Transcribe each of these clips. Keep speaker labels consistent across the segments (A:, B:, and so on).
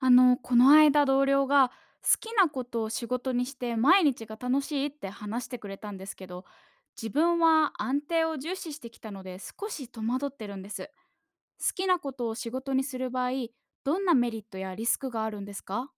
A: この間同僚が好きなことを仕事にして毎日が楽しいって話してくれたんですけど、自分は安定を重視してきたので少し戸惑ってるんです。好きなことを仕事にする場合、どんなメリットやリスクがあるんですか？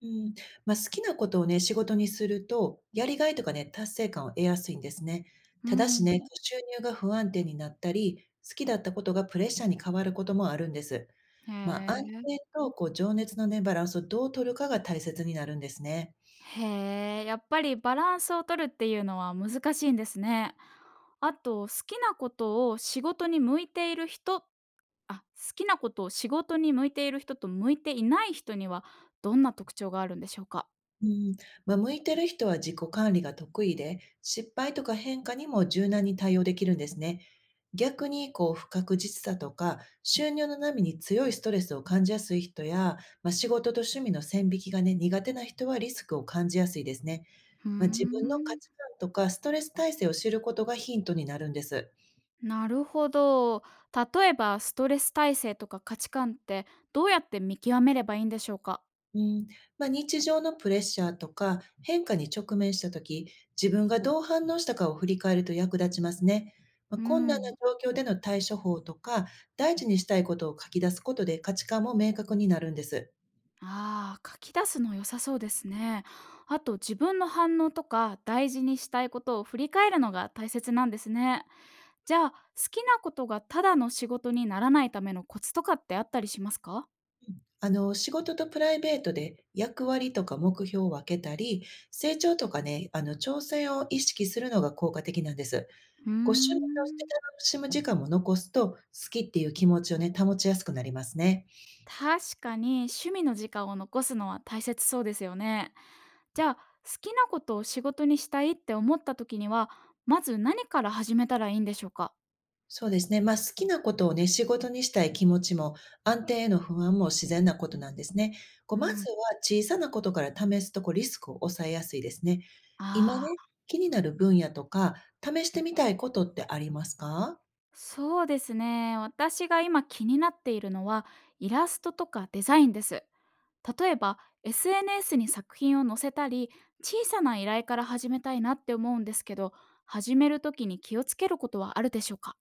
B: うん、まあ、好きなことをね、仕事にすると、やりがいとかね、達成感を得やすいんですね。
A: う
B: ただしね、
A: ん。
B: 収入が不安定になったり、好きだったことがプレッシャーに変わることもあるんです。
A: へ
B: まあ、安
A: え。
B: 定とこう情熱のね、バランスをどう取るかが大切になるんですね。
A: へえ、やっぱりバランスを取るっていうのは難しいんですね。あと、好きなことを仕事に向いている人好きなことを仕事に向いている人と向いていない人にはどんな特徴があるんでしょうか？
B: うん、まあ、向いてる人は自己管理が得意で、失敗とか変化にも柔軟に対応できるんですね。逆に、こう、不確実さとか、収入の波に強いストレスを感じやすい人や、まあ、仕事と趣味の線引きがね、苦手な人はリスクを感じやすいですね。
A: ふー
B: まあ、自分の価
A: ん。
B: 値観とか、ストレス耐性を知ることがヒントになるんです。
A: なるほど。例えばストレス耐性とか価値観ってどうやって見極めればいいんでしょうか？
B: うん、まあ、日常のプレッシャーとか変化に直面した時、自分がどう反応したかを振り返ると役立ちますね。まあ、
A: う
B: 困難な
A: ん。
B: 状況での対処法とか、大事にしたいことを書き出すことで価値観も明確になるんです。
A: ああ、書き出すの良さそうですね。あと自分の反応とか大事にしたいことを振り返るのが大切なんですね。じゃあ、好きなことがただの仕事にならないためのコツとかってあったりしますか？
B: あの、仕事とプライベートで役割とか目標を分けたり、成長とかね、あの、挑戦を意識するのが効果的なんです。
A: うー
B: ご趣味として
A: ん。
B: 楽しむ時間も残すと、好きっていう気持ちをね、保ちやすくなりますね。
A: 確かに趣味の時間を残すのは大切そうですよね。じゃあ好きなことを仕事にしたいって思った時にはまず何から始めたらいいんでしょうか？
B: そうですね。まあ、好きなことをね、仕事にしたい気持ちも、安定への不安も自然なことなんですね。こう、
A: う
B: まず
A: ん、
B: は小さなことから試すと、こう、リスクを抑えやすいですね。今
A: あ
B: ね、
A: あ、
B: 気になる分野とか、試してみたいことってありますか？
A: そうですね、私が今気になっているのはイラストとかデザインです。例えば SNS に作品を載せたり小さな依頼から始めたいなって思うんですけど、始める時に気をつけることはあるでしょうか？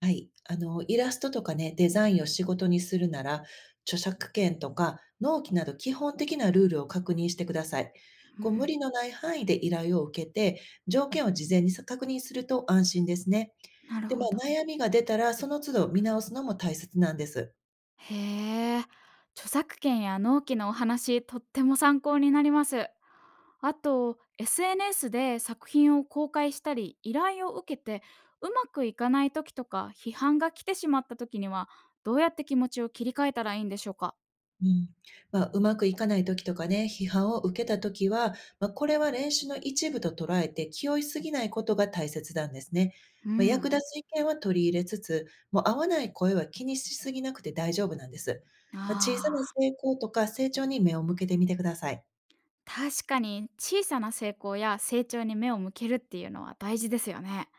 B: はい。あの、イラストとかね、デザインを仕事にするなら、著作権とか、納期など基本的なルールを確認してください。
A: う
B: こう、無
A: ん。
B: 理のない範囲で依頼を受けて、条件を事前に確認すると安心ですね。
A: なる
B: で、ま
A: ほど。
B: あ、悩みが出たら、その都度見直すのも大切なんです。
A: へえ、著作権や納期のお話、とっても参考になります。あと、SNS で作品を公開したり、依頼を受けて、うまくいかない時とか、批判が来てしまった時には、どうやって気持ちを切り替えたらいいんでしょうか？
B: うん。まあ、うまくいかない時とかね、批判を受けた時は、まあ、これは練習の一部と捉えて気負いすぎないことが大切なんですね。
A: う
B: まあ、役
A: ん。
B: 立つ意見は取り入れつつ、もう合わない声は気にしすぎなくて大丈夫なんです。まあ、小さ
A: あ
B: な
A: あ、
B: 成功とか成長に目を向けてみてください。
A: 確かに小さな成功や成長に目を向けるっていうのは大事ですよね。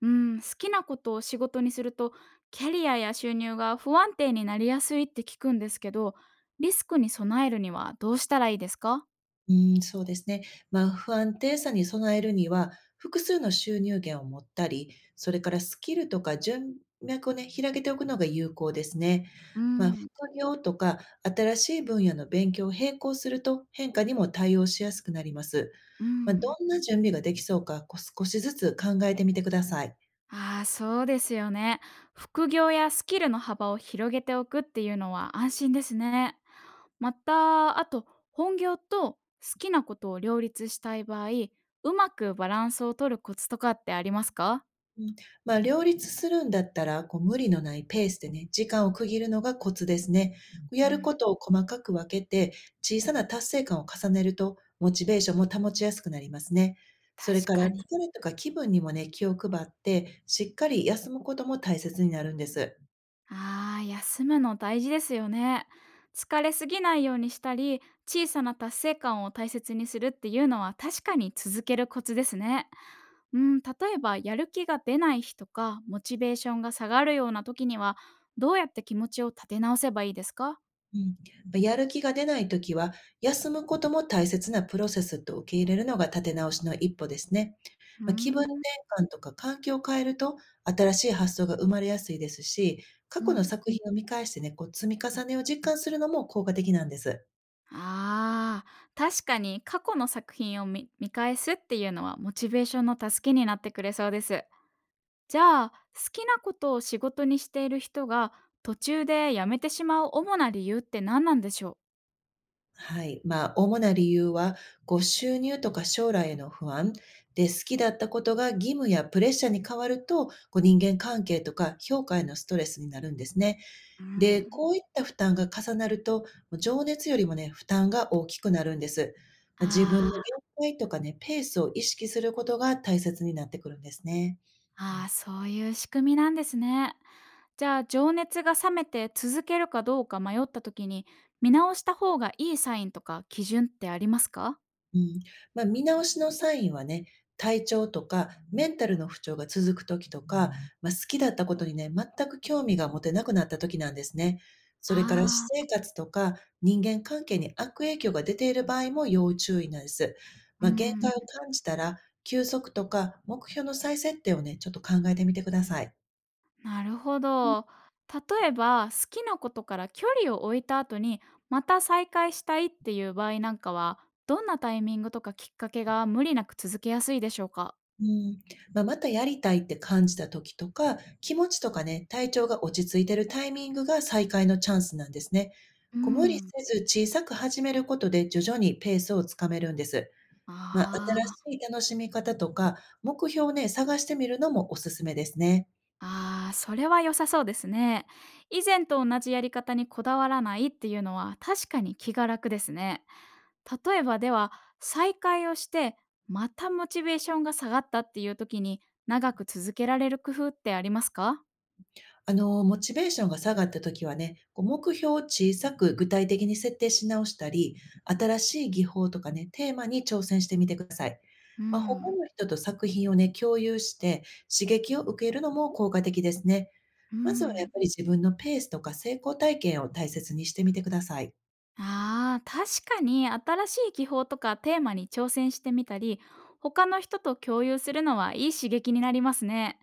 A: うん、好きなことを仕事にするとキャリアや収入が不安定になりやすいって聞くんですけど、リスクに備えるにはどうしたらいいですか？
B: うーん、そうですね。まあ、不安定さに備えるには、複数の収入源を持ったり、それからスキルとか人脈をね、広げておくのが有効ですね。
A: う
B: まあ、副
A: ん、
B: 業とか新しい分野の勉強を並行すると変化にも対応しやすくなります。
A: う
B: まあ、ど
A: ん、
B: んな準備ができそうか、こう少しずつ考えてみてください。
A: ああー、そうですよね。副業やスキルの幅を広げておくっていうのは安心ですね。またあと、本業と好きなことを両立したい場合、うまくバランスを取るコツとかってありますか？
B: うん、まあ、両立するんだったら、こう無理のないペースでね、時間を区切るのがコツですね。
A: う
B: やる
A: ん。
B: ことを細かく分けて、小さな達成感を重ねると、モチベーションも保ちやすくなりますね。それ
A: 確
B: から、
A: かに。
B: 疲れとか気分にもね、気を配って、しっかり休むことも大切になるんです。
A: ああ、休むの大事ですよね。疲れすぎないようにしたり、小さな達成感を大切にするっていうのは確かに続けるコツですね。うん、例えばやる気が出ない日とか、モチベーションが下がるような時には、どうやって気持ちを立て直せばいいですか？
B: うん、やる気が出ないときは、休むことも大切なプロセスと受け入れるのが立て直しの一歩ですね。
A: うー
B: まあ、気分転
A: ん。
B: 換とか環境を変えると、新しい発想が生まれやすいですし、過
A: う
B: 去の
A: ん、
B: 作品を見返してね、こう積み重ねを実感するのも効果的なんです。
A: ああ、確かに過去の作品を見返すっていうのはモチベーションの助けになってくれそうです。じゃあ、好きなことを仕事にしている人が途中で辞めてしまう主な理由って何なんでしょう？
B: はい。まあ、主な理由は、こう収入とか将来への不安で、好きだったことが義務やプレッシャーに変わると、こう人間関係とか評価へのストレスになるんですね。
A: う
B: で、
A: ん、
B: こういった負担が重なると、もう情熱よりもね、負担が大きくなるんです。ま、自分の限
A: あ
B: 界とかね、ペースを意識することが大切になってくるんですね。
A: あ、ああ、そういう仕組みなんですね。じゃあ、情熱が冷めて続けるかどうか迷った時に、見直した方がいいサインとか基準ってありますか？
B: うん。まあ、見直しのサインはね、体調とかメンタルの不調が続く時とか、まあ、好きだったことにね、全く興味が持てなくなった時なんですね。それから私
A: あ
B: 生
A: あ、
B: 活とか人間関係に悪影響が出ている場合も要注意なんです。
A: う
B: まあ、限界
A: ん。
B: を感じたら、休息とか目標の再設定をね、ちょっと考えてみてください。
A: なるほど。例えば好きなことから距離を置いた後に、また再会したいっていう場合なんかは、どんなタイミングとかきっかけが無理なく続けやすいでしょうか？
B: うん、まあ、またやりたいって感じた時とか、気持ちとかね、体調が落ち着いてるタイミングが再開のチャンスなんですね。
A: う
B: こう無理
A: ん、
B: せず小さく始めることで徐々にペースをつかめるんです。まあ、
A: あー、
B: 新しい楽しみ方とか、目標をね、探してみるのもおすすめですね。
A: あー、それは良さそうですね。以前と同じやり方にこだわらないっていうのは確かに気が楽ですね。例えばでは再会をして、またモチベーションが下がったっていう時に、長く続けられる工夫ってありますか？
B: あの、モチベーションが下がった時はね、こう目標を小さく具体的に設定し直したり、新しい技法とかね、テーマに挑戦してみてください。
A: う
B: まあ、他
A: ん。
B: の人と作品をね、共有して刺激を受けるのも効果的ですね。
A: う
B: まずはやっ
A: ー
B: ぱ
A: ん。
B: り自分のペースとか成功体験を大切にしてみてください。
A: ああ、確かに新しい技法とかテーマに挑戦してみたり、他の人と共有するのはいい刺激になりますね。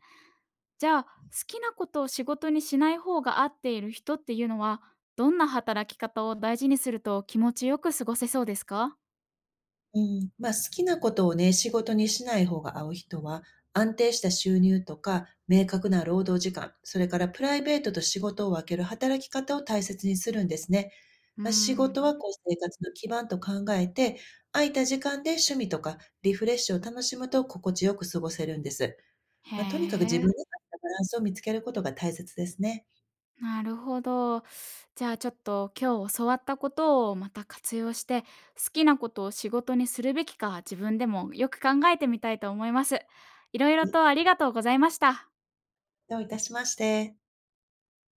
A: じゃあ、好きなことを仕事にしない方が合っている人っていうのは、どんな働き方を大事にすると気持ちよく過ごせそうですか？
B: うん、まあ、好きなことをね、仕事にしない方が合う人は、安定した収入とか、明確な労働時間、それからプライベートと仕事を分ける働き方を大切にするんですね。
A: う
B: まあ、仕
A: ー
B: 事
A: ん。
B: はこう生活の基盤と考えて、空いた時間で趣味とかリフレッシュを楽しむと心地よく過ごせるんです。
A: へ
B: まあ、とにかく自
A: え。
B: 分に合ったバランスを見つけることが大切ですね。
A: なるほど。じゃあちょっと今日教わったことをまた活用して、好きなことを仕事にするべきか自分でもよく考えてみたいと思います。いろいろとありがとうございました。
B: どういたしまして。